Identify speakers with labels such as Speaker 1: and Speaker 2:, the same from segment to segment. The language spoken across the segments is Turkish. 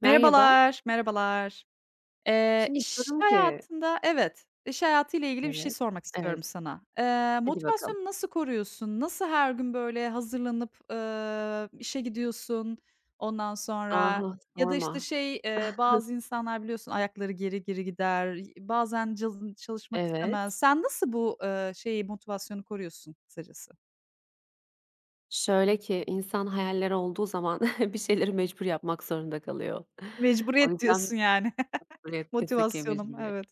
Speaker 1: Merhaba.
Speaker 2: Merhabalar, merhabalar.
Speaker 1: Şimdi
Speaker 2: İş
Speaker 1: diyorum ki.
Speaker 2: hayatında Evet, iş hayatıyla ilgili bir şey
Speaker 1: Evet,
Speaker 2: sormak istiyorum
Speaker 1: evet.
Speaker 2: sana.
Speaker 1: Hadi bakalım.
Speaker 2: Motivasyonunu nasıl koruyorsun? Nasıl her gün böyle hazırlanıp, işe gidiyorsun? Ondan sonra
Speaker 1: Ah,
Speaker 2: ya da,
Speaker 1: sorma.
Speaker 2: işte, şey, bazı insanlar biliyorsun ayakları geri geri gider, bazen cazın çalışmak istemez.
Speaker 1: Evet.
Speaker 2: Sen nasıl bu, şeyi, motivasyonu koruyorsun kısacası?
Speaker 1: Şöyle ki insan hayalleri olduğu zaman bir şeyleri mecbur yapmak zorunda kalıyor. O
Speaker 2: Mecburiyet
Speaker 1: yüzden
Speaker 2: diyorsun yani.
Speaker 1: mecburiyet, kesinlikle
Speaker 2: Motivasyonum,
Speaker 1: mecburiyet.
Speaker 2: evet.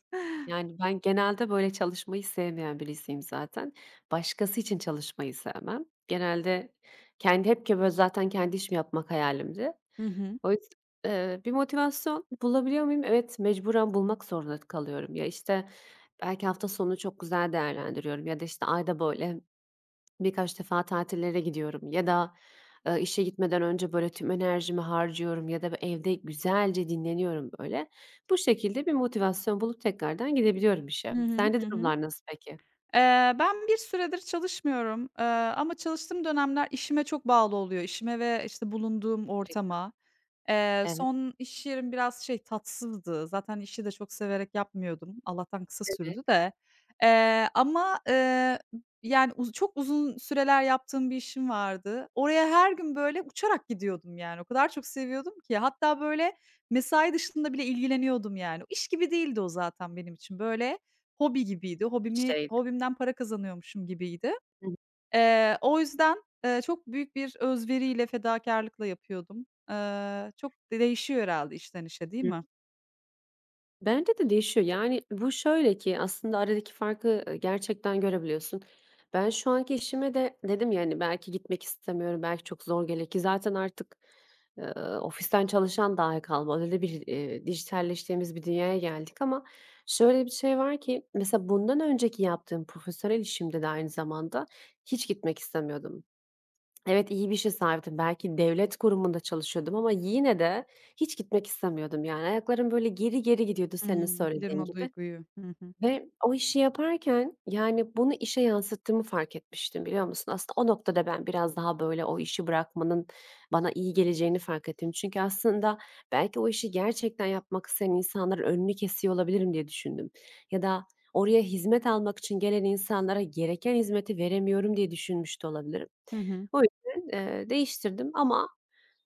Speaker 1: Yani ben genelde böyle çalışmayı sevmeyen birisiyim zaten. Başkası için çalışmayı sevmem. Genelde kendi hep ki böyle zaten kendi işimi yapmak hayalimdi.
Speaker 2: Hı hı.
Speaker 1: Oys bir motivasyon bulabiliyor muyum? Evet, mecburen bulmak zorunda kalıyorum. Ya, işte, belki hafta sonunu çok güzel değerlendiriyorum ya da, işte, ayda, böyle, birkaç defa tatillere gidiyorum ya da, işe gitmeden önce, böyle, tüm enerjimi harcıyorum ya da evde güzelce dinleniyorum, böyle. Bu şekilde bir motivasyon bulup tekrardan gidebiliyorum işe.
Speaker 2: Hı hı.
Speaker 1: Sende
Speaker 2: Hı hı.
Speaker 1: durumlar nasıl peki?
Speaker 2: Ben bir süredir çalışmıyorum, ama çalıştığım dönemler işime çok bağlı oluyor. İşime ve, işte, bulunduğum
Speaker 1: Evet,
Speaker 2: ortama.
Speaker 1: evet.
Speaker 2: Son iş yerim biraz şey, tatsızdı. Zaten işi de çok severek yapmıyordum. Allah'tan kısa sürdü de. Ama, yani, çok uzun süreler yaptığım bir işim vardı. Oraya her gün böyle uçarak gidiyordum yani. O kadar çok seviyordum ki. Hatta böyle mesai dışında bile ilgileniyordum yani. İş gibi değildi o zaten benim için. Böyle hobi gibiydi.
Speaker 1: Bir
Speaker 2: Hobimi
Speaker 1: şeydi.
Speaker 2: hobimden para kazanıyormuşum gibiydi.
Speaker 1: Hı
Speaker 2: O yüzden, çok büyük bir özveriyle, fedakârlıkla yapıyordum. Çok değişiyor herhâlde işten işe, değil
Speaker 1: hı.
Speaker 2: mi?
Speaker 1: Bence de değişiyor. Yani, bu şöyle ki aslında aradaki farkı, gerçekten görebiliyorsun. Ben şu anki işime de dedim yani belki gitmek istemiyorum, belki çok zor gelir ki zaten artık, eee, ofisten çalışan dahi kalmadı. Öyle bir, dijitalleştiğimiz bir dünyaya geldik ama şöyle bir şey var ki mesela bundan önceki yaptığım profesyonel işimde de aynı zamanda hiç gitmek istemiyordum. Evet, iyi bir işe sahiptim. Belki devlet kurumunda çalışıyordum ama yine de hiç gitmek istemiyordum yani. Ayaklarım böyle geri geri gidiyordu senin
Speaker 2: Hımm, bilirim
Speaker 1: söylediğin
Speaker 2: o
Speaker 1: gibi.
Speaker 2: duyguyu. Hı hı.
Speaker 1: Ve o işi yaparken, yani, bunu işe yansıttığımı fark etmiştim, biliyor musun? Aslında o noktada ben biraz daha, böyle, o işi bırakmanın bana iyi geleceğini fark ettim. Çünkü aslında belki o işi gerçekten yapmak isteyen insanların önünü kesiyor olabilirim diye düşündüm. Ya da oraya hizmet almak için gelen insanlara gereken hizmeti veremiyorum diye düşünmüş de olabilirim.
Speaker 2: Hı hı.
Speaker 1: O yüzden, değiştirdim ama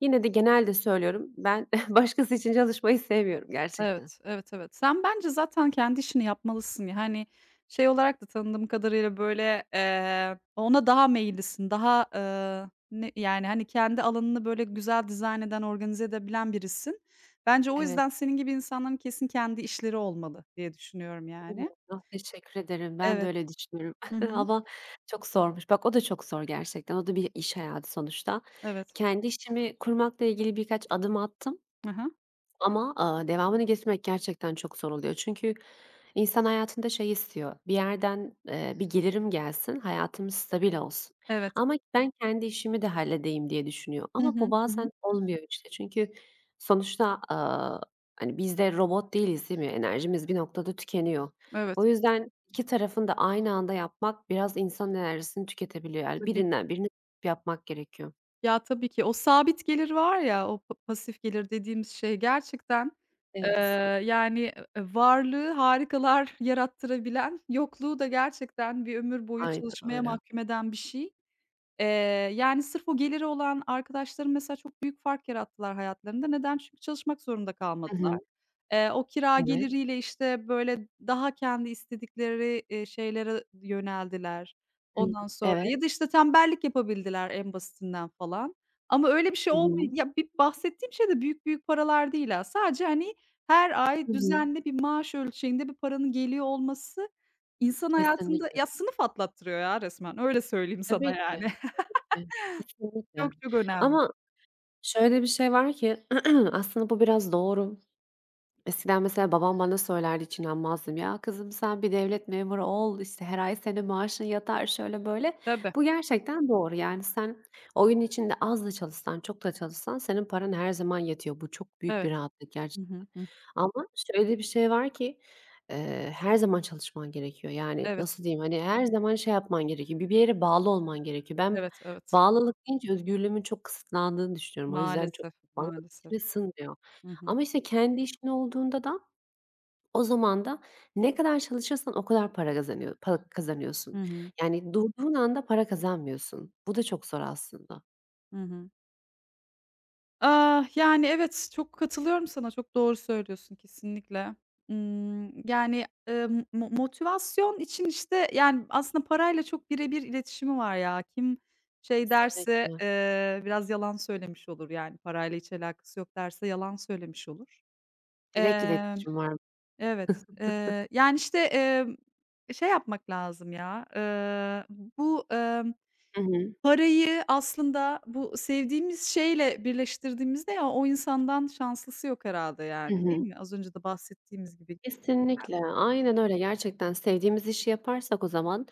Speaker 1: yine de genelde söylüyorum, ben başkası için çalışmayı sevmiyorum gerçekten.
Speaker 2: Evet, evet, evet. Sen bence zaten kendi işini yapmalısın. Yani, şey olarak da tanıdığım kadarıyla, böyle, ona daha meyillisin. Daha, ne yani, hani, kendi alanını böyle güzel dizayn eden, organize edebilen birisin. Bence o
Speaker 1: Evet.
Speaker 2: yüzden senin gibi insanların kesin kendi işleri olmalı diye düşünüyorum yani.
Speaker 1: Umarım. Teşekkür ederim. Ben de
Speaker 2: Evet.
Speaker 1: öyle düşünüyorum
Speaker 2: Hı hı.
Speaker 1: ama çok zormuş. Bak o da çok zor gerçekten. O da bir iş hayatı sonuçta.
Speaker 2: Evet.
Speaker 1: Kendi işimi kurmakla ilgili birkaç adım attım
Speaker 2: Hı hı.
Speaker 1: ama, devamını getirmek gerçekten çok zor oluyor. Çünkü insan hayatında şey istiyor, bir yerden, bir gelirim gelsin, hayatım stabil olsun
Speaker 2: Evet.
Speaker 1: ama ben kendi işimi de halledeyim diye düşünüyor
Speaker 2: Hı
Speaker 1: ama bu
Speaker 2: hı. Hı hı.
Speaker 1: bazen olmuyor işte. Çünkü sonuçta, hani, biz de robot değiliz, değil mi? Enerjimiz bir noktada tükeniyor.
Speaker 2: Evet.
Speaker 1: O yüzden 2 tarafın da aynı anda yapmak biraz insan enerjisini tüketebiliyor. Yani
Speaker 2: Tabii.
Speaker 1: birinden birini yapmak gerekiyor.
Speaker 2: Ya, tabii ki o sabit gelir var ya, o pasif gelir dediğimiz şey gerçekten, eee,
Speaker 1: Evet.
Speaker 2: yani, varlığı harikalar yarattırabilen, yokluğu da gerçekten bir ömür boyu
Speaker 1: Aynen
Speaker 2: çalışmaya
Speaker 1: öyle.
Speaker 2: mahkum eden bir şey. Eee, yani, sırf o geliri olan arkadaşlarım mesela çok büyük fark yarattılar hayatlarında. Neden? Çünkü çalışmak zorunda
Speaker 1: Hı
Speaker 2: kalmadılar.
Speaker 1: hı.
Speaker 2: O kira
Speaker 1: Evet.
Speaker 2: geliriyle, işte, böyle, daha kendi istedikleri, şeylere yöneldiler.
Speaker 1: Hımm.
Speaker 2: Ondan sonra
Speaker 1: Evet.
Speaker 2: ya da, işte, tembellik yapabildiler en basitinden falan. Ama öyle bir şey
Speaker 1: Hı
Speaker 2: olmayı
Speaker 1: hı.
Speaker 2: ya, bir bahsettiğim şey de büyük büyük paralar değil ha. Sadece, hani, her ay
Speaker 1: Hı hı.
Speaker 2: düzenli bir maaş ölçeğinde bir paranın geliyor olması insan hayatında
Speaker 1: Kesinlikle.
Speaker 2: ya, sınıf atlattırıyor ya resmen, öyle söyleyeyim sana
Speaker 1: Tabii ki.
Speaker 2: yani.
Speaker 1: Ke Kesinlikle.
Speaker 2: Çok çok önemli.
Speaker 1: Ama şöyle bir şey var ki aslında bu biraz doğru. Eskiden mesela babam bana söylerdi, hiç inanmazdım. "Ya, kızım sen bir devlet memuru ol, işte, her ay senin maaşın yatar." şöyle böyle.
Speaker 2: Tabii,
Speaker 1: Bu gerçekten doğru. Yani sen o gün içinde az da çalışsan, çok da çalışsan senin paran her zaman yetiyor. Bu çok büyük bir
Speaker 2: evet.
Speaker 1: rahatlık
Speaker 2: Hı
Speaker 1: gerçekten.
Speaker 2: hı. Hı.
Speaker 1: Ama şöyle bir şey var ki, her zaman çalışman gerekiyor. Yani
Speaker 2: Evet,
Speaker 1: nasıl diyeyim, hani, her zaman şey yapman gerekiyor, bir yere bağlı olman gerekiyor. Ben
Speaker 2: evet, evet.
Speaker 1: bağlılık deyince özgürlüğümün çok kısıtlandığını düşünüyorum. O yüzden çok
Speaker 2: Maalesef,
Speaker 1: bana
Speaker 2: maalesef.
Speaker 1: içime sığmıyor.
Speaker 2: Hı hı.
Speaker 1: Ama işte kendi işin olduğunda da o zaman da ne kadar çalışırsan o kadar para
Speaker 2: Hı
Speaker 1: kazanıyorsun.
Speaker 2: hı.
Speaker 1: Yani durduğun anda para kazanmıyorsun. Bu da çok zor aslında.
Speaker 2: Hı hı. Ah, yani, evet, çok katılıyorum sana, çok doğru söylüyorsun kesinlikle. Yani, motivasyon için, işte, yani, aslında parayla çok birebir iletişimi var ya. Kim şey derse,
Speaker 1: Kesinlikle.
Speaker 2: biraz yalan söylemiş olur, yani, parayla hiç alakası yok derse yalan söylemiş olur.
Speaker 1: Direkt
Speaker 2: Emm,
Speaker 1: iletişim var.
Speaker 2: evet, yani, işte, şey yapmak lazım ya, bu,
Speaker 1: Hı hı.
Speaker 2: parayı aslında bu sevdiğimiz şeyle birleştirdiğimizde ya, o insandan şanslısı yok herhâlde
Speaker 1: Hı
Speaker 2: yani, değil
Speaker 1: hı.
Speaker 2: mi? Az önce de bahsettiğimiz gibi.
Speaker 1: Kesinlikle. Aynen öyle. Gerçekten sevdiğimiz işi yaparsak o zaman,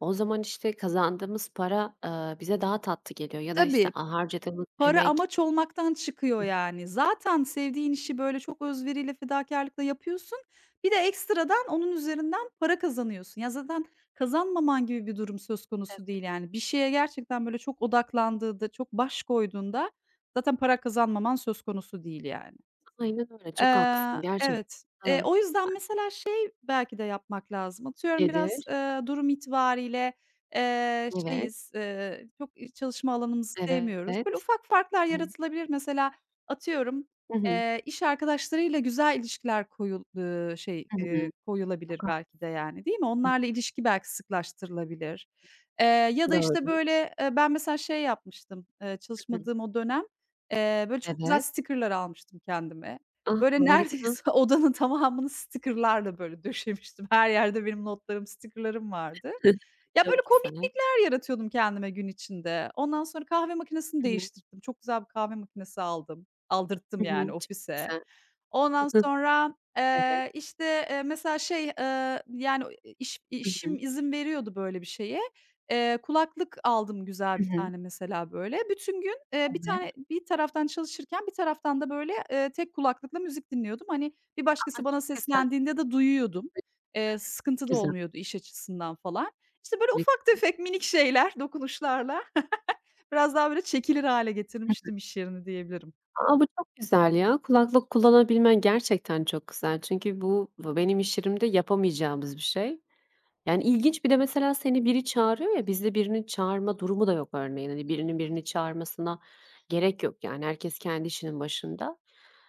Speaker 1: o zaman işte kazandığımız para, bize daha tatlı geliyor ya da işte
Speaker 2: Tabii,
Speaker 1: harcadığımız
Speaker 2: para
Speaker 1: emek.
Speaker 2: amaç olmaktan çıkıyor
Speaker 1: Hı.
Speaker 2: yani. Zaten sevdiğin işi böyle çok öz veriyle, fedakârlıkla yapıyorsun. Bir de ekstradan onun üzerinden para kazanıyorsun. Ya, zaten kazanmaman gibi bir durum söz konusu
Speaker 1: Tabii.
Speaker 2: değil yani. Bir şeye gerçekten böyle çok odaklandığında, çok baş koyduğunda zaten para kazanmaman söz konusu değil yani.
Speaker 1: Aynen öyle. Çok haklısın gerçekten.
Speaker 2: Evet.
Speaker 1: Iıı,
Speaker 2: O yüzden mesela şey belki de yapmak lazım. Atıyorum biraz,
Speaker 1: nedir?
Speaker 2: durum itibariyle,
Speaker 1: Evet,
Speaker 2: şeyiz, çok çalışma alanımızı sevmiyoruz. Böyle
Speaker 1: evet.
Speaker 2: ufak farklar
Speaker 1: Hı.
Speaker 2: yaratılabilir. Mesela atıyorum,
Speaker 1: Hı hı.
Speaker 2: iş arkadaşlarıyla güzel ilişkiler
Speaker 1: Hı hı.
Speaker 2: koyulabilir
Speaker 1: Çok
Speaker 2: belki de yani, değil mi?
Speaker 1: haklısın.
Speaker 2: Onlarla ilişki belki sıklaştırılabilir. Ya da işte
Speaker 1: Doğru.
Speaker 2: böyle, ben mesela şey yapmıştım,
Speaker 1: Hı
Speaker 2: çalışmadığım
Speaker 1: hı.
Speaker 2: o dönem, böyle çok güzel
Speaker 1: Evet.
Speaker 2: sticker'lar almıştım kendime.
Speaker 1: Ah,
Speaker 2: Böyle
Speaker 1: harika.
Speaker 2: neredeyse odanın tamamını sticker'larla böyle döşemiştim. Her yerde benim notlarım, sticker'larım vardı. Ya,
Speaker 1: Çok
Speaker 2: böyle
Speaker 1: güzel.
Speaker 2: komiklikler yaratıyordum kendime gün içinde. Ondan sonra kahve makinesini
Speaker 1: Hı hı.
Speaker 2: değiştirdim. Çok güzel bir kahve makinesi aldım. Aldırttım
Speaker 1: Hı
Speaker 2: yani
Speaker 1: hı. Çok
Speaker 2: ofise.
Speaker 1: güzel.
Speaker 2: Ondan
Speaker 1: Hı hı.
Speaker 2: sonra,
Speaker 1: Evet.
Speaker 2: işte, mesela şey, yani,
Speaker 1: Hı hı.
Speaker 2: işim izin veriyordu böyle bir şeye. Kulaklık aldım güzel
Speaker 1: Hı
Speaker 2: bir
Speaker 1: hı.
Speaker 2: tane mesela böyle. Bütün gün, bir
Speaker 1: Evet.
Speaker 2: tane bir taraftan çalışırken bir taraftan da böyle, tek kulaklıkla müzik dinliyordum. Hani, bir
Speaker 1: A,
Speaker 2: başkası bana
Speaker 1: çok güzel.
Speaker 2: seslendiğinde de duyuyordum.
Speaker 1: Çok
Speaker 2: Sıkıntı da
Speaker 1: güzel.
Speaker 2: olmuyordu iş açısından falan. İşte, böyle ufak tefek minik şeyler, dokunuşlarla biraz daha böyle çekilir hâle getirmiştim iş yerini diyebilirim.
Speaker 1: A, bu çok güzel ya. Kulaklık kullanabilmen gerçekten çok güzel. Çünkü bu benim iş yerimde yapamayacağımız bir şey. Yani ilginç bir de mesela seni biri çağırıyor ya, bizde birinin çağırma durumu da yok örneğin. Hani birinin birini çağırmasına gerek yok yani. Herkes kendi işinin başında.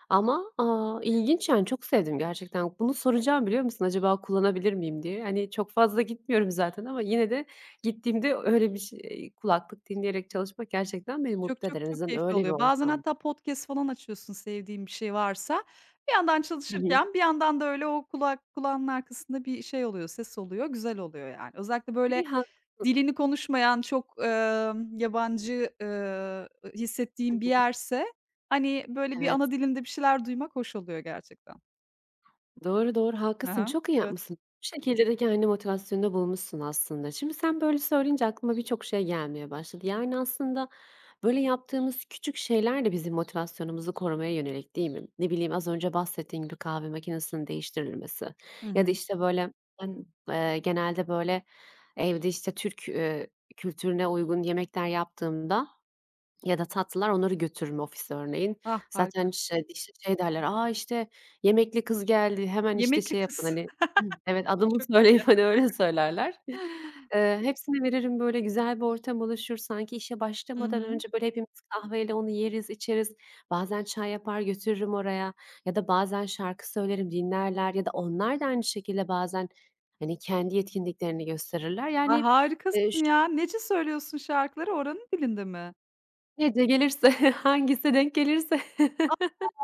Speaker 1: Ama, ilginç yani çok sevdim gerçekten. Bunu soracağım biliyor musun acaba kullanabilir miyim diye. Hani, çok fazla gitmiyorum zaten ama yine de gittiğimde öyle bir şey kulaklık dinleyerek çalışmak gerçekten beni
Speaker 2: Çok,
Speaker 1: mutlu
Speaker 2: çok,
Speaker 1: eder. En
Speaker 2: çok
Speaker 1: azından
Speaker 2: keyifli
Speaker 1: öyle bir
Speaker 2: oluyor. Bazen
Speaker 1: ortam.
Speaker 2: hatta podcast falan açıyorsun sevdiğin bir şey varsa. Bir yandan
Speaker 1: Hı hı.
Speaker 2: çalışırken bir yandan da öyle o kulağının arkasında bir şey oluyor, ses oluyor, güzel oluyor yani. Özellikle böyle
Speaker 1: Bir ha
Speaker 2: dilini konuşmayan çok, yabancı,
Speaker 1: Hı
Speaker 2: hissettiğin bir
Speaker 1: hı.
Speaker 2: yerse, hani, böyle bir ana
Speaker 1: Evet.
Speaker 2: dilinde bir şeyler duymak hoş oluyor gerçekten.
Speaker 1: Doğru, doğru
Speaker 2: Hı
Speaker 1: haklısın.
Speaker 2: hı.
Speaker 1: Çok iyi
Speaker 2: Evet.
Speaker 1: yapmışsın. Bu şekilde de kendi motivasyonunda bulmuşsun aslında. Şimdi sen böyle söyleyince aklıma birçok şey gelmeye başladı. Yani aslında böyle yaptığımız küçük şeyler de bizim motivasyonumuzu korumaya yönelik değil mi? Ne bileyim az önce bahsettiğim gibi kahve makinesinin değiştirilmesi
Speaker 2: Hı
Speaker 1: ya da
Speaker 2: hı.
Speaker 1: işte böyle ben, genelde böyle evde işte Türk, kültürüne uygun yemekler yaptığımda ya da tatlılar onları götürürüm ofise örneğin.
Speaker 2: Ah, harika.
Speaker 1: Zaten şey işte şey derler, "A, işte yemekli kız geldi, hemen işte
Speaker 2: Yemekli
Speaker 1: şey yapın."
Speaker 2: kız.
Speaker 1: hani. Hı. Evet, adımı
Speaker 2: Çok iyi.
Speaker 1: söyleyip hani öyle söylerler. Hepsine veririm, böyle, güzel bir ortam oluşur. Sanki işe
Speaker 2: Hı
Speaker 1: başlamadan
Speaker 2: hı.
Speaker 1: önce, böyle, hepimiz kahveyle onu yeriz, içeriz. Bazen çay yapar götürürüm oraya ya da bazen şarkı söylerim, dinlerler ya da onlar da aynı şekilde bazen, hani, kendi yetkinliklerini gösterirler.
Speaker 2: Ah
Speaker 1: Yani, ş
Speaker 2: harikasın ya. Nece söylüyorsun şarkıları? Oranın dilinde mi?
Speaker 1: nece gelirse, hangisi denk gelirse.
Speaker 2: A!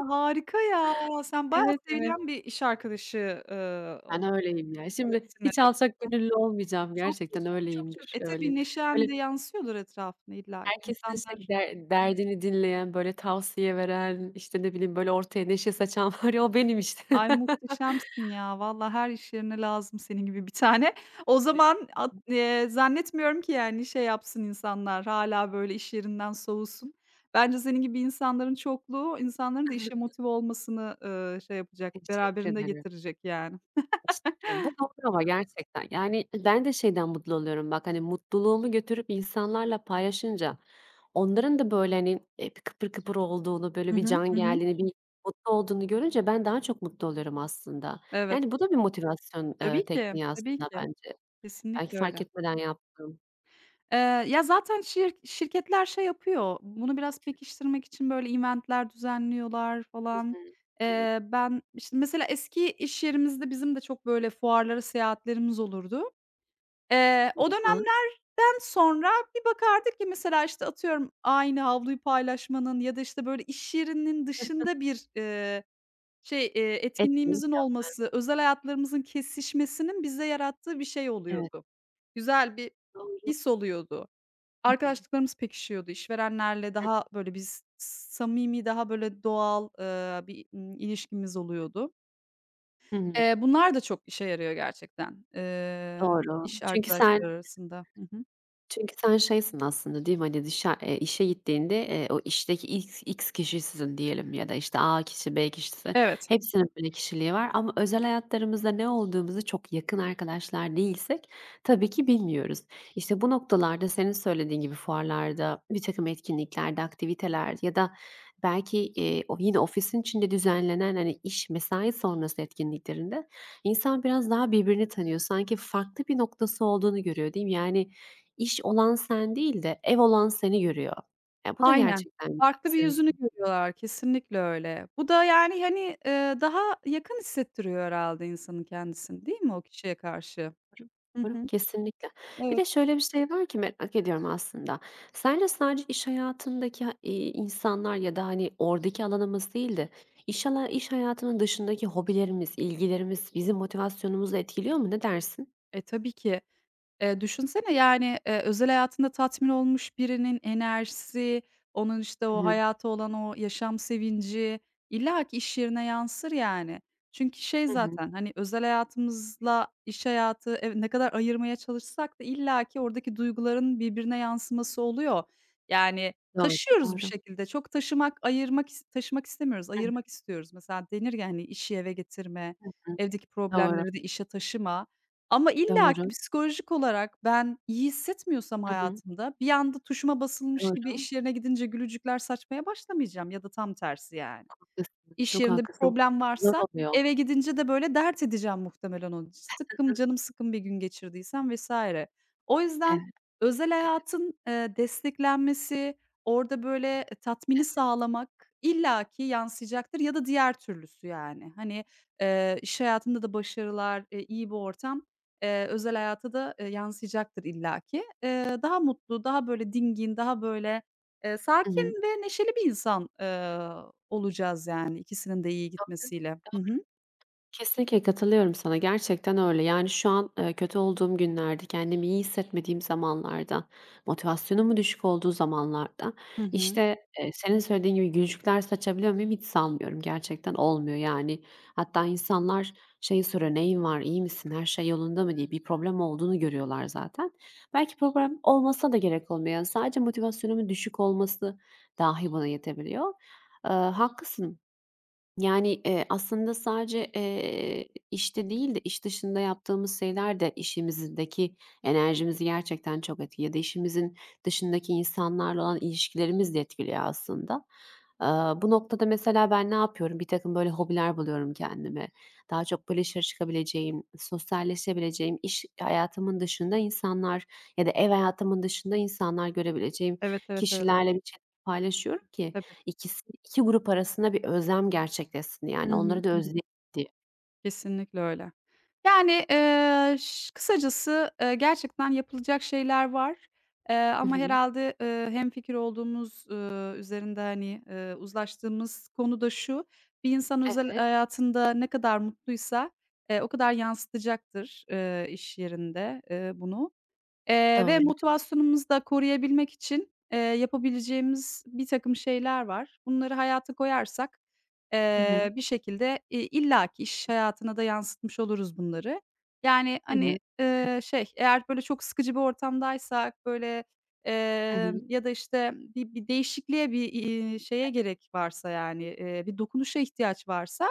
Speaker 2: Harika ya. Sen bayağı
Speaker 1: Evet, evet.
Speaker 2: sevilen bir iş arkadaşı, o
Speaker 1: Ben öyleyim ya. Şimdi hiç
Speaker 2: herhâlde.
Speaker 1: alçak
Speaker 2: Hı hı.
Speaker 1: gönüllü olmayacağım.
Speaker 2: Çok iyi,
Speaker 1: Gerçekten
Speaker 2: çok, çok, çok.
Speaker 1: öyleyimdir,
Speaker 2: E,
Speaker 1: öyle.
Speaker 2: tabii neşen
Speaker 1: Böyle
Speaker 2: de yansıyordur etrafına illaki.
Speaker 1: herkesin şey
Speaker 2: İnsanlar
Speaker 1: der derdini dinleyen, böyle tavsiye veren, işte, ne bileyim, böyle ortaya neşe saçan var ya, o benim işte.
Speaker 2: ay, muhteşemsin ya. Valla her iş yerine lazım senin gibi bir tane. O zaman at zannetmiyorum ki yani şey yapsın insanlar, hâlâ böyle iş yerinden soğusun. Bence senin gibi insanların çokluğu, insanların da işe motive olmasını, şey yapacak,
Speaker 1: Evet, teşekkür
Speaker 2: beraberinde
Speaker 1: ederim.
Speaker 2: getirecek yani.
Speaker 1: Teşekkür ederim. Bu doğru ama gerçekten. Yani, ben de şeyden mutlu oluyorum bak, hani, mutluluğumu götürüp insanlarla paylaşınca onların da böyle, hani, kıpır kıpır olduğunu,
Speaker 2: Hı
Speaker 1: böyle bir
Speaker 2: hı.
Speaker 1: can
Speaker 2: Hı hı.
Speaker 1: geldiğini, bir mutlu olduğunu görünce ben daha çok mutlu oluyorum aslında.
Speaker 2: Evet.
Speaker 1: Yani, bu da bir motivasyon,
Speaker 2: Tabii ki,
Speaker 1: tekniği
Speaker 2: tabii
Speaker 1: aslında
Speaker 2: ki.
Speaker 1: bence. Belki
Speaker 2: Kesinlikle
Speaker 1: fark
Speaker 2: öyle.
Speaker 1: etmeden yaptım.
Speaker 2: Eee, ya, zaten şirketler şey yapıyor, bunu biraz pekiştirmek için, böyle, event'ler düzenliyorlar
Speaker 1: Hı
Speaker 2: falan.
Speaker 1: hı. Evet.
Speaker 2: Ben, işte, mesela eski iş yerimizde bizim de çok, böyle, fuarlara seyahatlerimiz olurdu. O
Speaker 1: Lütfen.
Speaker 2: dönemlerden sonra bir bakardık ki mesela, işte, atıyorum, aynı havluyu paylaşmanın ya da, işte, böyle, iş yerinin dışında bir, şey,
Speaker 1: Etkinlik
Speaker 2: etkinliğimizin
Speaker 1: yap
Speaker 2: olması, özel hayatlarımızın kesişmesinin bize yarattığı bir şey
Speaker 1: Evet,
Speaker 2: oluyordu. Güzel bir
Speaker 1: doğru.
Speaker 2: his oluyordu.
Speaker 1: Hı hı.
Speaker 2: Arkadaşlıklarımız pekişiyordu. İşverenlerle daha böyle biz samimi, daha böyle doğal, bir, ilişkimiz oluyordu.
Speaker 1: Hı hı.
Speaker 2: Bunlar da çok işe yarıyor gerçekten,
Speaker 1: Doğru.
Speaker 2: iş arkadaşları arasında. Hı hı.
Speaker 1: Çünkü sen şeysin aslında değil mi? Hani dışa işe gittiğinde, o işteki X X kişisizin diyelim ya da, işte, A kişi, B kişisi,
Speaker 2: Evet.
Speaker 1: hepsinin böyle kişiliği var ama özel hayatlarımızda ne olduğumuzu çok yakın arkadaşlar değilsek tabii ki bilmiyoruz. İşte, bu noktalarda senin söylediğin gibi fuarlarda, bir takım etkinliklerde, aktiviteler ya da belki, o yine ofisin içinde düzenlenen, hani, iş, mesai sonrası etkinliklerinde insan biraz daha birbirini tanıyor. Sanki farklı bir noktası olduğunu görüyor değil mi? Yani, İş olan sen değil de ev olan seni görüyor. Ya, bu da
Speaker 2: Aynen.
Speaker 1: gerçekten güzel.
Speaker 2: Farklı bir
Speaker 1: Seni
Speaker 2: yüzünü
Speaker 1: savunuyorum.
Speaker 2: görüyorlar. Kesinlikle öyle. Bu da, yani, hani, daha yakın hissettiriyor herhalde insanın kendisini, değil mi o kişiye karşı? Hı hı.
Speaker 1: Kesinlikle. Bir
Speaker 2: Evet.
Speaker 1: de şöyle bir şey var ki merak ediyorum aslında. Sence sadece iş hayatındaki, insanlar ya da, hani, oradaki alanımız değil de iş hayatının dışındaki hobilerimiz, ilgilerimiz bizim motivasyonumuzu etkiliyor mu? Ne dersin?
Speaker 2: E, tabii ki. Düşünsene, yani, özel hayatında tatmin olmuş birinin enerjisi, onun, işte,
Speaker 1: Hı
Speaker 2: o
Speaker 1: hı.
Speaker 2: hayata olan o yaşam sevinci illa ki iş yerine yansır yani. Çünkü şey
Speaker 1: Hı hı.
Speaker 2: zaten, hani, özel hayatımızla iş hayatı, ne kadar ayırmaya çalışsak da illa ki oradaki duyguların birbirine yansıması oluyor. Yani,
Speaker 1: Doğru,
Speaker 2: taşıyoruz bir
Speaker 1: doğru.
Speaker 2: şekilde. Çok taşımak, ayırmak taşımak istemiyoruz,
Speaker 1: Hı
Speaker 2: ayırmak istiyoruz. Mesela denir ya, hani, "İşi eve getirme,
Speaker 1: hı.
Speaker 2: evdeki
Speaker 1: Doğru,
Speaker 2: problemleri de işe taşıma." Ama illaki
Speaker 1: doğru.
Speaker 2: psikolojik olarak ben iyi hissetmiyorsam
Speaker 1: Hı hı.
Speaker 2: hayatımda bir anda tuşuma basılmış gibi
Speaker 1: Doğru.
Speaker 2: iş yerine gidince gülücükler saçmaya başlamayacağım ya da tam tersi yani.
Speaker 1: Haklısın.
Speaker 2: İş
Speaker 1: Çok
Speaker 2: yerinde bir
Speaker 1: haklısın.
Speaker 2: problem
Speaker 1: Zor
Speaker 2: varsa
Speaker 1: oluyor.
Speaker 2: eve gidince de, böyle, dert edeceğim muhtemelen onu. Sıkkın, canım sıkkın bir gün geçirdiysem vs. O
Speaker 1: Evet.
Speaker 2: yüzden özel hayatın, desteklenmesi, orada, böyle, e, tatmini sağlamak illaki yansıyacaktır ya da diğer türlüsü, yani. Hani, iş hayatında da başarılar, iyi bir ortam, özel hayata da, yansıyacaktır illaki. Daha mutlu, daha, böyle, dingin, daha, böyle
Speaker 1: Hı hı.
Speaker 2: sakin ve neşeli bir insan, olacağız yani ikisinin de iyi gitmesiyle. Hı hı.
Speaker 1: Kesinlikle katılıyorum sana. Gerçekten öyle. Yani, şu an, kötü olduğum günlerde, kendimi iyi hissetmediğim zamanlarda, motivasyonumun düşük olduğu zamanlarda,
Speaker 2: Hı hı.
Speaker 1: işte, senin söylediğin gibi gülücükler saçabiliyor muyum? Hiç sanmıyorum. Gerçekten olmuyor, yani. Hatta insanlar şeyi soruyor, "Neyin var, iyi misin, her şey yolunda mı?" diye. Bir problem olduğunu görüyorlar zaten. Belki problem olmasa da gerek olmuyor. Yani, sadece motivasyonumun düşük olması dahi bana yetebiliyor. Haklısın. Yani, aslında sadece, işte değil de iş dışında yaptığımız şeyler de işimizdeki enerjimizi gerçekten çok etkiliyor ya da işimizin dışındaki insanlarla olan ilişkilerimiz de etkiliyor aslında. Bu noktada mesela ben ne yapıyorum? Bir takım böyle hobiler buluyorum kendime. Daha çok böyle dışarı çıkabileceğim, sosyalleşebileceğim, iş hayatımın dışında insanlar ya da ev hayatımın dışında insanlar görebileceğim
Speaker 2: Evet, evet, evet.
Speaker 1: kişilerle bir şeyler paylaşıyorum ki
Speaker 2: Tabii.
Speaker 1: İkisi, 2 grup arasında bir özlem gerçekleşsin,
Speaker 2: Hı
Speaker 1: yani,
Speaker 2: hı.
Speaker 1: onları da
Speaker 2: Hı hı.
Speaker 1: özleyelim diye.
Speaker 2: Kesinlikle öyle. Yani, kısacası, gerçekten yapılacak şeyler var,
Speaker 1: Hı
Speaker 2: ama
Speaker 1: hı.
Speaker 2: herhâlde, hemfikir olduğumuz, üzerinde, hani, uzlaştığımız konu da şu: Bir insan özel
Speaker 1: Evet,
Speaker 2: hayatında ne kadar mutluysa, o kadar yansıtacaktır, iş yerinde, bunu. Ve
Speaker 1: doğru.
Speaker 2: motivasyonumuzu da koruyabilmek için, yapabileceğimiz birtakım şeyler var. Bunları hayata koyarsak,
Speaker 1: Hı hı.
Speaker 2: bir şekilde, illaki iş hayatına da yansıtmış oluruz bunları. Yani,
Speaker 1: Hı
Speaker 2: hani,
Speaker 1: hı.
Speaker 2: şey, eğer böyle çok sıkıcı bir ortamdaysak, böyle,
Speaker 1: Hı hı.
Speaker 2: ya da, işte, bir değişikliğe, bir, şeye gerek varsa, yani, bir dokunuşa ihtiyaç varsa,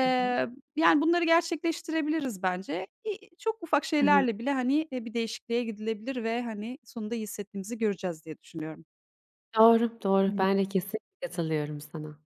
Speaker 1: Hı hı.
Speaker 2: yani, bunları gerçekleştirebiliriz bence. Çok ufak
Speaker 1: Hı hı.
Speaker 2: şeylerle bile, hani, bir değişikliğe gidilebilir ve, hani, sonunda iyi hissettiğimizi göreceğiz diye düşünüyorum.
Speaker 1: Doğru, doğru. Ben de kesinlikle katılıyorum sana.